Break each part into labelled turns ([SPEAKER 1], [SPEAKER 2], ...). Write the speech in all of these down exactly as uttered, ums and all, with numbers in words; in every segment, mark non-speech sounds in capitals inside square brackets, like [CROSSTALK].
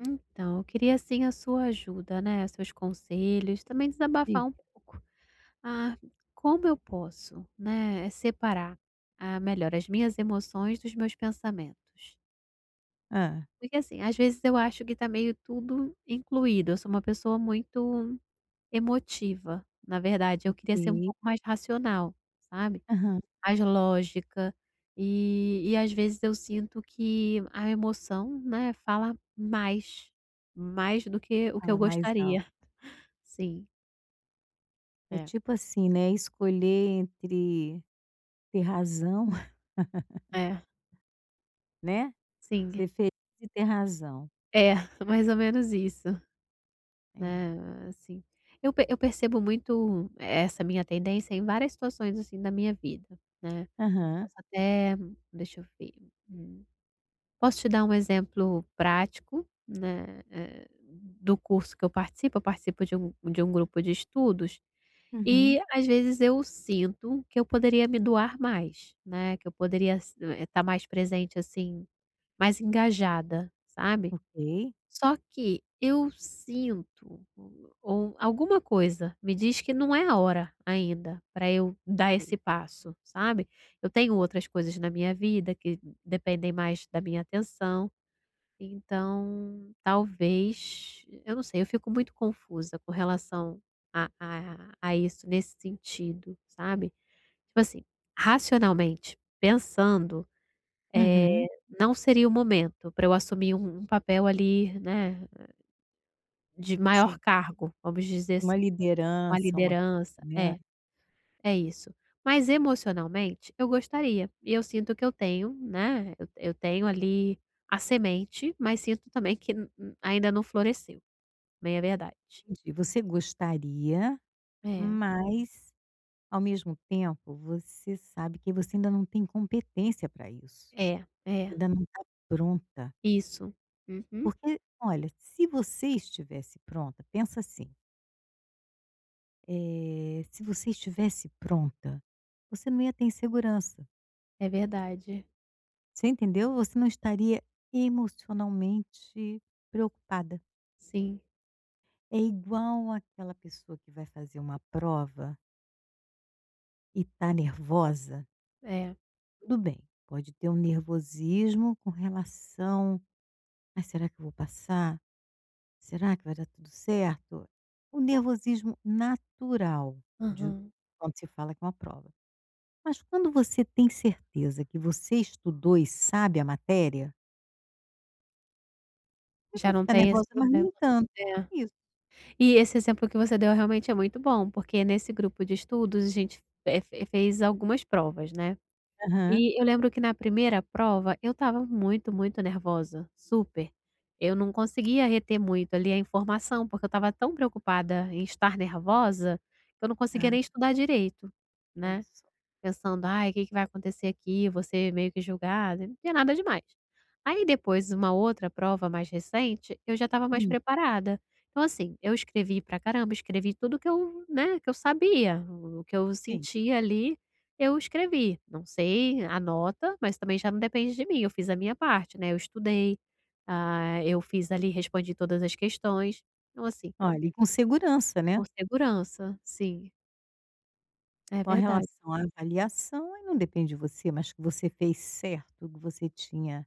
[SPEAKER 1] Então, eu queria assim a sua ajuda, né, seus conselhos, também desabafar
[SPEAKER 2] Sim.
[SPEAKER 1] um pouco. Ah, Como eu posso, né, separar, ah, melhor as minhas emoções dos meus pensamentos?
[SPEAKER 2] Hã.
[SPEAKER 1] Porque assim, às vezes eu acho que tá meio tudo incluído, eu sou uma pessoa muito emotiva, na verdade eu
[SPEAKER 2] Ok.
[SPEAKER 1] queria ser um pouco mais racional, sabe?
[SPEAKER 2] Aham.
[SPEAKER 1] Mais lógica, e e às vezes eu sinto que a emoção, né, fala mais, mais do que o que eu
[SPEAKER 2] Fala mais alto.
[SPEAKER 1] gostaria. [LAUGHS] Sim,
[SPEAKER 2] É
[SPEAKER 1] é,
[SPEAKER 2] tipo assim, né, escolher entre ter razão, [LAUGHS]
[SPEAKER 1] é,
[SPEAKER 2] né,
[SPEAKER 1] sim,
[SPEAKER 2] ser feliz e ter razão.
[SPEAKER 1] é, [LAUGHS] mais ou menos isso,
[SPEAKER 2] É.
[SPEAKER 1] né, assim. Eu pe eu percebo muito essa minha tendência em várias situações, assim, da minha vida, né.
[SPEAKER 2] Aham.
[SPEAKER 1] Posso até deixa eu ver. hum, Posso te dar um exemplo prático, né, eh, do curso que eu participo. Eu participo de um de um grupo de estudos
[SPEAKER 2] Uhum.
[SPEAKER 1] e, às vezes, eu sinto que eu poderia me doar mais, né, que eu poderia estar mais presente, assim, mais engajada, sabe.
[SPEAKER 2] Ok,
[SPEAKER 1] Só que eu sinto ou alguma coisa me diz que não é a hora ainda para eu dar esse
[SPEAKER 2] ok.
[SPEAKER 1] passo, sabe. Eu tenho outras coisas na minha vida que dependem mais da minha atenção. Então, talvez eu não sei, eu fico muito confusa com relação a a a isso nesse sentido, sabe. Tipo assim, racionalmente, pensando, eh,
[SPEAKER 2] Uhum.
[SPEAKER 1] não seria o momento para eu assumir um um papel ali, né, de maior
[SPEAKER 2] Sim.
[SPEAKER 1] cargo, vamos dizer
[SPEAKER 2] Uma
[SPEAKER 1] assim, uma
[SPEAKER 2] liderança, uma coisa,
[SPEAKER 1] liderança
[SPEAKER 2] né.
[SPEAKER 1] é, é isso. Mas emocionalmente, eu gostaria, e eu sinto que eu tenho, né, eu eu tenho ali a semente, mas sinto também que n- n- ainda não floresceu. Bem é verdade.
[SPEAKER 2] Entendi. Você gostaria,
[SPEAKER 1] É,
[SPEAKER 2] mas, ao mesmo tempo, você sabe que você ainda não tem competência para isso.
[SPEAKER 1] é, é,
[SPEAKER 2] Ainda não está pronta.
[SPEAKER 1] isso. Uhum.
[SPEAKER 2] Porque, olha, se você estivesse pronta, pensa assim, eh, se você estivesse pronta, você não ia ter insegurança,
[SPEAKER 1] É verdade.
[SPEAKER 2] você entendeu? Você não estaria emocionalmente preocupada.
[SPEAKER 1] Sim,
[SPEAKER 2] É igual aquela pessoa que vai fazer uma prova e está nervosa,
[SPEAKER 1] é.
[SPEAKER 2] tudo bem, pode ter um nervosismo com relação: "Ai, será que eu vou passar? Será que vai dar tudo certo?". O nervosismo natural de
[SPEAKER 1] Aham.
[SPEAKER 2] quando se fala que é uma prova. Mas quando você tem certeza que você estudou e sabe a matéria, você
[SPEAKER 1] Já
[SPEAKER 2] vai
[SPEAKER 1] não
[SPEAKER 2] ficar
[SPEAKER 1] tem esse
[SPEAKER 2] nervosa, mas
[SPEAKER 1] problema.
[SPEAKER 2] nem tanto.
[SPEAKER 1] É.
[SPEAKER 2] Isso.
[SPEAKER 1] E esse exemplo que você deu realmente é muito bom, porque nesse grupo de estudos a gente fe fe fez algumas provas, né.
[SPEAKER 2] Aham.
[SPEAKER 1] E eu lembro que na primeira prova eu estava muito, muito nervosa, super. Eu não conseguia reter muito ali a informação, porque eu estava tão preocupada em estar nervosa, que eu não conseguia
[SPEAKER 2] Ah,
[SPEAKER 1] nem estudar direito,
[SPEAKER 2] olha
[SPEAKER 1] né.
[SPEAKER 2] só.
[SPEAKER 1] Pensando: "Ai, o que que vai acontecer aqui?", você meio que julgada, não tinha nada demais. Aí depois, uma outra prova mais recente, eu já estava mais
[SPEAKER 2] Hum,
[SPEAKER 1] preparada. Então assim, eu escrevi pra caramba, escrevi tudo que eu, né, que eu sabia, o que eu
[SPEAKER 2] sim.
[SPEAKER 1] sentia ali, eu escrevi. Não sei a nota, mas também já não depende de mim, eu fiz a minha parte, né, eu estudei, ah, eu fiz ali, respondi todas as questões. Então assim,
[SPEAKER 2] Olha, e com segurança,
[SPEAKER 1] com
[SPEAKER 2] né,
[SPEAKER 1] segurança. Sim, é
[SPEAKER 2] com a
[SPEAKER 1] verdade.
[SPEAKER 2] relação à avaliação, aí não depende de você, mas que você fez certo, que você tinha,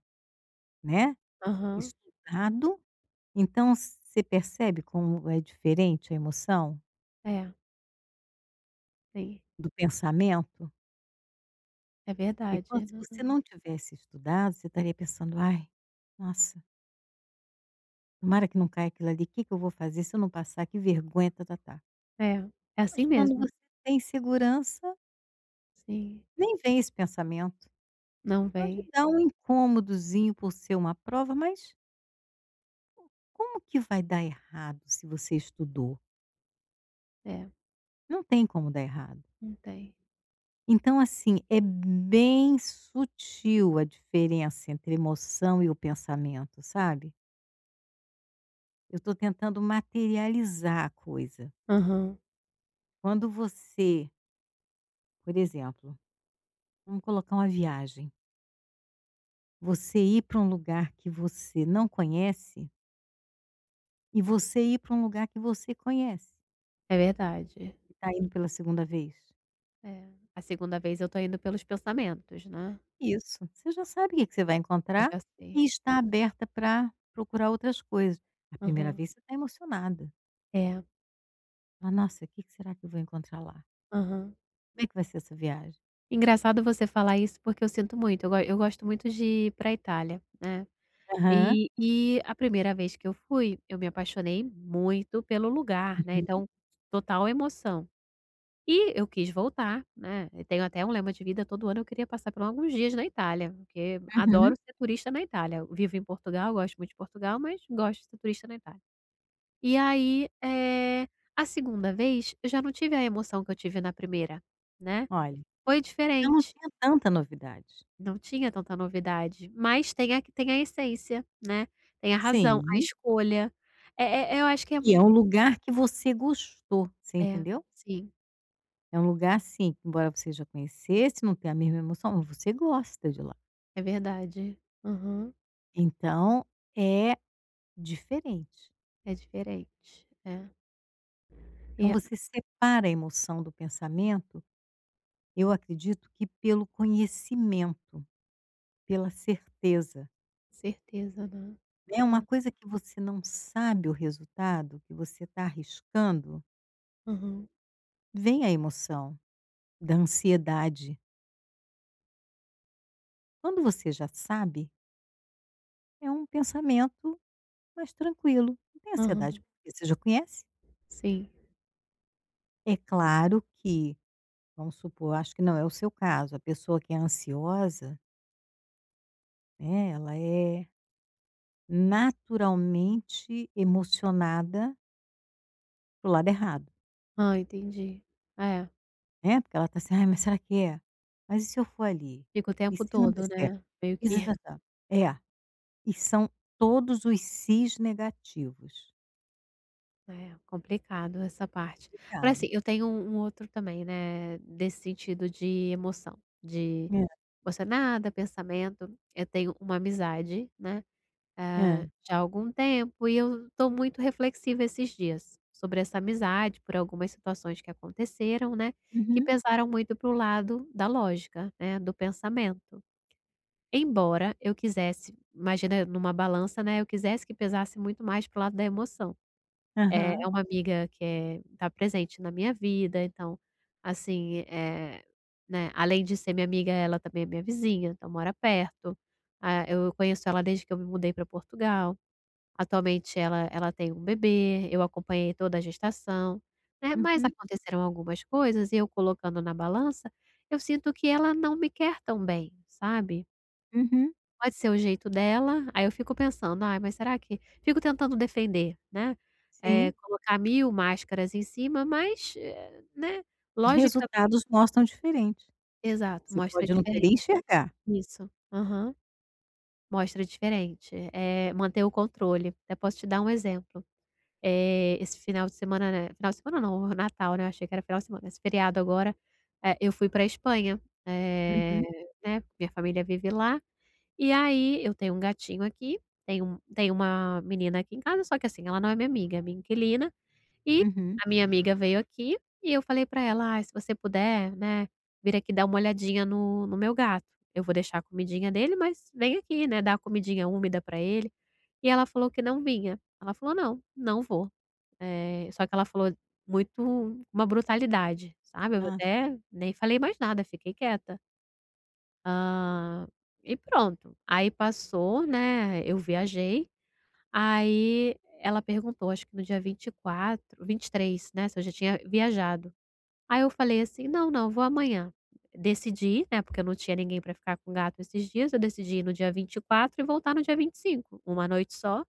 [SPEAKER 2] né,
[SPEAKER 1] Aham.
[SPEAKER 2] estudado. Então você percebe como é diferente a emoção
[SPEAKER 1] É, sim.
[SPEAKER 2] do pensamento?
[SPEAKER 1] É
[SPEAKER 2] E quando
[SPEAKER 1] verdade.
[SPEAKER 2] se você
[SPEAKER 1] Uhum.
[SPEAKER 2] não tivesse estudado, você estaria pensando: "Ai, nossa". Tomara que não caia aquilo ali, o que que eu vou fazer se eu não passar, que vergonha, tá-tá-tá.
[SPEAKER 1] É, é
[SPEAKER 2] Mas
[SPEAKER 1] assim
[SPEAKER 2] quando
[SPEAKER 1] mesmo.
[SPEAKER 2] você tem segurança,
[SPEAKER 1] Sim,
[SPEAKER 2] nem vem esse pensamento.
[SPEAKER 1] não
[SPEAKER 2] Pode
[SPEAKER 1] vem.
[SPEAKER 2] dar um incômodozinho por ser uma prova, mas como que vai dar errado se você estudou?
[SPEAKER 1] É,
[SPEAKER 2] Não tem como dar errado.
[SPEAKER 1] não tem.
[SPEAKER 2] Então, assim, é bem sutil a diferença entre emoção e o pensamento, sabe. Eu estou tentando materializar a coisa.
[SPEAKER 1] Aham,
[SPEAKER 2] Quando você, por exemplo, vamos colocar uma viagem. Você ir para um lugar que você não conhece e você ir para um lugar que você conhece
[SPEAKER 1] é verdade.
[SPEAKER 2] e está indo pela segunda vez.
[SPEAKER 1] É. A segunda vez eu tô indo pelos pensamentos, né.
[SPEAKER 2] Isso, você já sabe o que que você vai
[SPEAKER 1] Eu
[SPEAKER 2] encontrar
[SPEAKER 1] já sei.
[SPEAKER 2] e está aberta para procurar outras coisas. A primeira
[SPEAKER 1] Aham.
[SPEAKER 2] vez você está emocionada.
[SPEAKER 1] É,
[SPEAKER 2] Fala: "Nossa, o que que será que eu vou encontrar lá?
[SPEAKER 1] aham.
[SPEAKER 2] Como é que vai ser essa viagem?".
[SPEAKER 1] Engraçado você falar isso, porque eu sinto muito. Eu go eu gosto muito de ir pra Itália, né.
[SPEAKER 2] Aham.
[SPEAKER 1] E e a primeira vez que eu fui, eu me apaixonei muito pelo lugar, né,
[SPEAKER 2] Uhum.
[SPEAKER 1] então total emoção. E eu quis voltar, né, eu tenho até um lema de vida, todo ano eu queria passar por alguns dias na Itália, porque adoro
[SPEAKER 2] Uhum.
[SPEAKER 1] ser turista na Itália. Eu vivo em Portugal, gosto muito de Portugal, mas gosto de ser turista na Itália. E aí, eh, a segunda vez eu já não tive a emoção que eu tive na primeira, né.
[SPEAKER 2] Olha,
[SPEAKER 1] Foi
[SPEAKER 2] eu não
[SPEAKER 1] diferente,
[SPEAKER 2] tinha tanta novidade.
[SPEAKER 1] não tinha tanta novidade, mas tem a tem a essência, né, tem a razão, a
[SPEAKER 2] Sim,
[SPEAKER 1] escolha. É é eu acho que é
[SPEAKER 2] e é um
[SPEAKER 1] um
[SPEAKER 2] lugar que você gostou, você
[SPEAKER 1] é,
[SPEAKER 2] entendeu?
[SPEAKER 1] sim,
[SPEAKER 2] É um lugar, assim, que embora você já conhecesse, não tenha a mesma emoção, mas você gosta de lá.
[SPEAKER 1] é verdade. Aham,
[SPEAKER 2] Então, é diferente.
[SPEAKER 1] é diferente, é. E
[SPEAKER 2] Então você separa a emoção do pensamento, eu acredito que pelo conhecimento, pela certeza,
[SPEAKER 1] Certeza, né.
[SPEAKER 2] é uma
[SPEAKER 1] É.
[SPEAKER 2] coisa que você não sabe o resultado, que você está arriscando,
[SPEAKER 1] Aham,
[SPEAKER 2] vem a emoção da ansiedade. Quando você já sabe, é um pensamento mais tranquilo, não tem
[SPEAKER 1] aham,
[SPEAKER 2] ansiedade, porque você já conhece.
[SPEAKER 1] sim.
[SPEAKER 2] É claro que vamos supor, acho que não é o seu caso, a pessoa que é ansiosa, né, ela é naturalmente emocionada pro lado errado,
[SPEAKER 1] Ah, entendi. É,
[SPEAKER 2] né, porque ela está assim: "Ai, mas será que é? Mas e se eu for ali?
[SPEAKER 1] fica o
[SPEAKER 2] E
[SPEAKER 1] tempo
[SPEAKER 2] se não der
[SPEAKER 1] todo,
[SPEAKER 2] certo?
[SPEAKER 1] né, meio
[SPEAKER 2] E
[SPEAKER 1] que
[SPEAKER 2] se
[SPEAKER 1] [LAUGHS]
[SPEAKER 2] tata". É, e são todos os "se's" negativos.
[SPEAKER 1] é complicado essa parte. Agora assim,
[SPEAKER 2] Complicado.
[SPEAKER 1] eu tenho um um outro também, né, desse sentido de emoção, de
[SPEAKER 2] É,
[SPEAKER 1] emocionada, pensamento, eu tenho uma amizade, né, Hã,
[SPEAKER 2] é.
[SPEAKER 1] já há algum tempo e eu estou muito reflexiva esses dias sobre essa amizade, por algumas situações que aconteceram, né, que
[SPEAKER 2] Uhum.
[SPEAKER 1] pesaram muito para o lado da lógica, né, do pensamento. Embora eu quisesse imagina numa balança, né, eu quisesse que pesasse muito mais para o lado da emoção. Eh, é
[SPEAKER 2] Aham.
[SPEAKER 1] uma amiga que é está presente na minha vida, então, assim, é né, além de ser minha amiga, ela também é minha vizinha, então mora perto. Ah, eu conheço ela desde que eu me mudei para Portugal. Atualmente ela ela tem um bebê, eu acompanhei toda a gestação, né, mas Hum.
[SPEAKER 2] Uhum,
[SPEAKER 1] aconteceram algumas coisas e eu colocando na balança, eu sinto que ela não me quer tão bem, sabe.
[SPEAKER 2] uhum.
[SPEAKER 1] Pode ser o jeito dela, aí eu fico pensando: "Ai, mas será que" fico tentando defender, né, eh,
[SPEAKER 2] Sim.
[SPEAKER 1] colocar mil máscaras em cima, mas, eh, né,
[SPEAKER 2] Os
[SPEAKER 1] logicamente
[SPEAKER 2] resultados mostram diferente.
[SPEAKER 1] exato,
[SPEAKER 2] Você
[SPEAKER 1] mostra
[SPEAKER 2] pode não querer
[SPEAKER 1] diferente.
[SPEAKER 2] enxergar.
[SPEAKER 1] Isso. Aham. Mostra diferente, eh, manter o controle. Até posso te dar um exemplo. Eh, esse final de semana, né final de semana não, [LAUGHS] o Natal, né, eu achei que era final de semana, esse feriado agora, eh, eu fui pra Espanha, eh,
[SPEAKER 2] Uhum,
[SPEAKER 1] né, minha família vive lá, e aí eu tenho um gatinho aqui, tenho um, tenho uma menina aqui em casa, só que assim, ela não é minha amiga, é minha inquilina, e
[SPEAKER 2] uhum.
[SPEAKER 1] a minha amiga veio aqui, e eu falei pra ela: ah, se você puder, né, vir aqui dar uma olhadinha no no meu gato, eu vou deixar a comidinha dele, mas vem aqui, né, dar a comidinha úmida pra ele", e ela falou que não vinha, ela falou: "Não, não vou". Eh, só que ela falou muito uma brutalidade, sabe, eu
[SPEAKER 2] Nossa.
[SPEAKER 1] até nem falei mais nada, fiquei quieta. Hã, e pronto, aí passou, né, eu viajei, aí ela perguntou, acho que no dia vinte vinte e quatro vinte e três né, se eu já tinha viajado. Aí eu falei assim: "Não, não, vou amanhã". Decidi, né, porque eu não tinha ninguém para ficar com o gato esses dias, eu decidi ir no dia vinte e quatro e voltar no dia vinte e cinco uma noite só,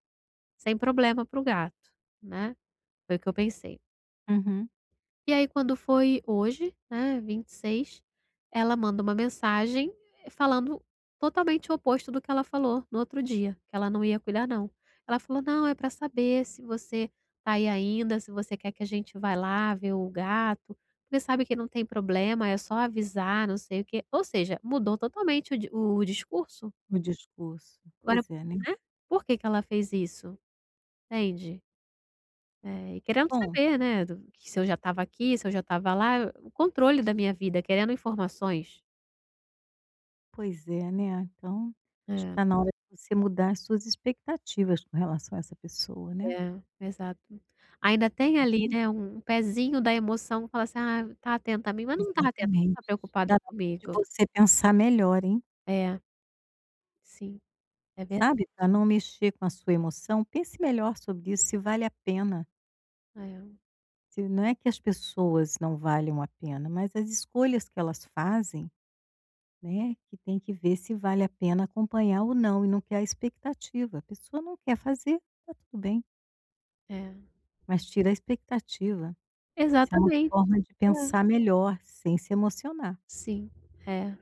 [SPEAKER 1] sem problema para o gato, né, foi o que eu pensei.
[SPEAKER 2] Uhum.
[SPEAKER 1] E aí quando foi hoje, né, vinte e seis, ela manda uma mensagem eh, falando totalmente o oposto do que ela falou no outro dia, que ela não ia cuidar não. Ela falou: "Não, é para saber se você tá aí ainda, se você quer que a gente vá lá ver o gato, porque sabe que não tem problema, é só avisar, não sei o quê". Ou seja, mudou totalmente o di o discurso.
[SPEAKER 2] No discurso.
[SPEAKER 1] Agora,
[SPEAKER 2] Pois é, né.
[SPEAKER 1] né, por que que ela fez isso? Entende? É, e querendo
[SPEAKER 2] Bom,
[SPEAKER 1] saber, né, do que se eu já estava aqui, se eu já estava lá, o controle da minha vida, querendo informações.
[SPEAKER 2] pois é, né, então, acho que
[SPEAKER 1] É,
[SPEAKER 2] está na hora de você mudar as suas expectativas com relação a essa pessoa, né.
[SPEAKER 1] é, exato. Ainda tem ali,
[SPEAKER 2] Uhum.
[SPEAKER 1] né, um pezinho da emoção, que fala assim: "Ah, tá atenta a mim", mas não tá atenta, não tá
[SPEAKER 2] Exatamente.
[SPEAKER 1] preocupada
[SPEAKER 2] Tá na hora de
[SPEAKER 1] comigo.
[SPEAKER 2] você pensar melhor, hein,
[SPEAKER 1] É, sim, é verdade
[SPEAKER 2] sabe, para não mexer com a sua emoção, pense melhor sobre isso, se vale a pena, se não é que as pessoas não valham a pena, mas as escolhas que elas fazem, né, que tem que ver se vale a pena acompanhar ou não, e não criar expectativa. A pessoa não quer fazer, tá tudo bem.
[SPEAKER 1] é, é.
[SPEAKER 2] Mas tira a expectativa. Isso é uma
[SPEAKER 1] Exatamente,
[SPEAKER 2] forma de
[SPEAKER 1] é,
[SPEAKER 2] pensar melhor, sem se emocionar.
[SPEAKER 1] sim, é.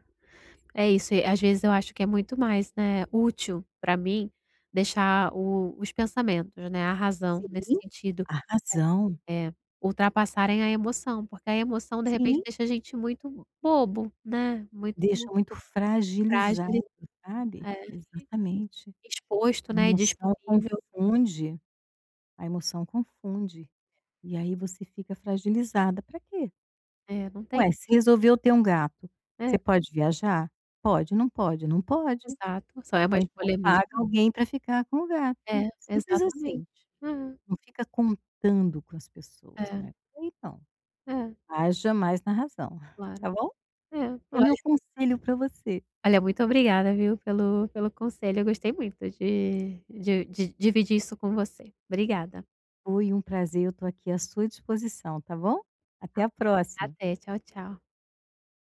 [SPEAKER 1] É isso, e às vezes eu acho que é muito mais, né, útil para mim deixar o os pensamentos, né, a razão nesse
[SPEAKER 2] Sim.
[SPEAKER 1] sentido.
[SPEAKER 2] A razão
[SPEAKER 1] É, ultrapassarem a emoção, porque a emoção de repente
[SPEAKER 2] sim,
[SPEAKER 1] deixa a gente muito bobo, né, muito
[SPEAKER 2] deixa muito
[SPEAKER 1] frágil,
[SPEAKER 2] fragilizado, sabe.
[SPEAKER 1] é,
[SPEAKER 2] Exatamente.
[SPEAKER 1] exposto,
[SPEAKER 2] A
[SPEAKER 1] né, e
[SPEAKER 2] emoção
[SPEAKER 1] disponível.
[SPEAKER 2] confunde a emoção confunde. E aí você fica fragilizada. Para quê?
[SPEAKER 1] É, não tem
[SPEAKER 2] Ué, se resolveu ter um gato,
[SPEAKER 1] é,
[SPEAKER 2] você pode viajar? Pode. Não pode? Não pode.
[SPEAKER 1] exato, só é uma
[SPEAKER 2] Ou então
[SPEAKER 1] escolha minha.
[SPEAKER 2] paga alguém para ficar com o gato.
[SPEAKER 1] É,
[SPEAKER 2] Simples assim.
[SPEAKER 1] exatamente.
[SPEAKER 2] Não fica contando com as
[SPEAKER 1] É,
[SPEAKER 2] pessoas,
[SPEAKER 1] é,
[SPEAKER 2] não é por aí não.
[SPEAKER 1] é,
[SPEAKER 2] Haja mais na razão, [LAUGHS]
[SPEAKER 1] claro.
[SPEAKER 2] tá bom?
[SPEAKER 1] É,
[SPEAKER 2] É
[SPEAKER 1] olha
[SPEAKER 2] meu conselho para você.
[SPEAKER 1] olha, muito obrigada, viu, pelo pelo conselho, eu gostei muito de de de dividir isso com você. Obrigada.
[SPEAKER 2] Foi um prazer, eu tô aqui à sua disposição, tá bom? Até a próxima.
[SPEAKER 1] Até, tchau, tchau.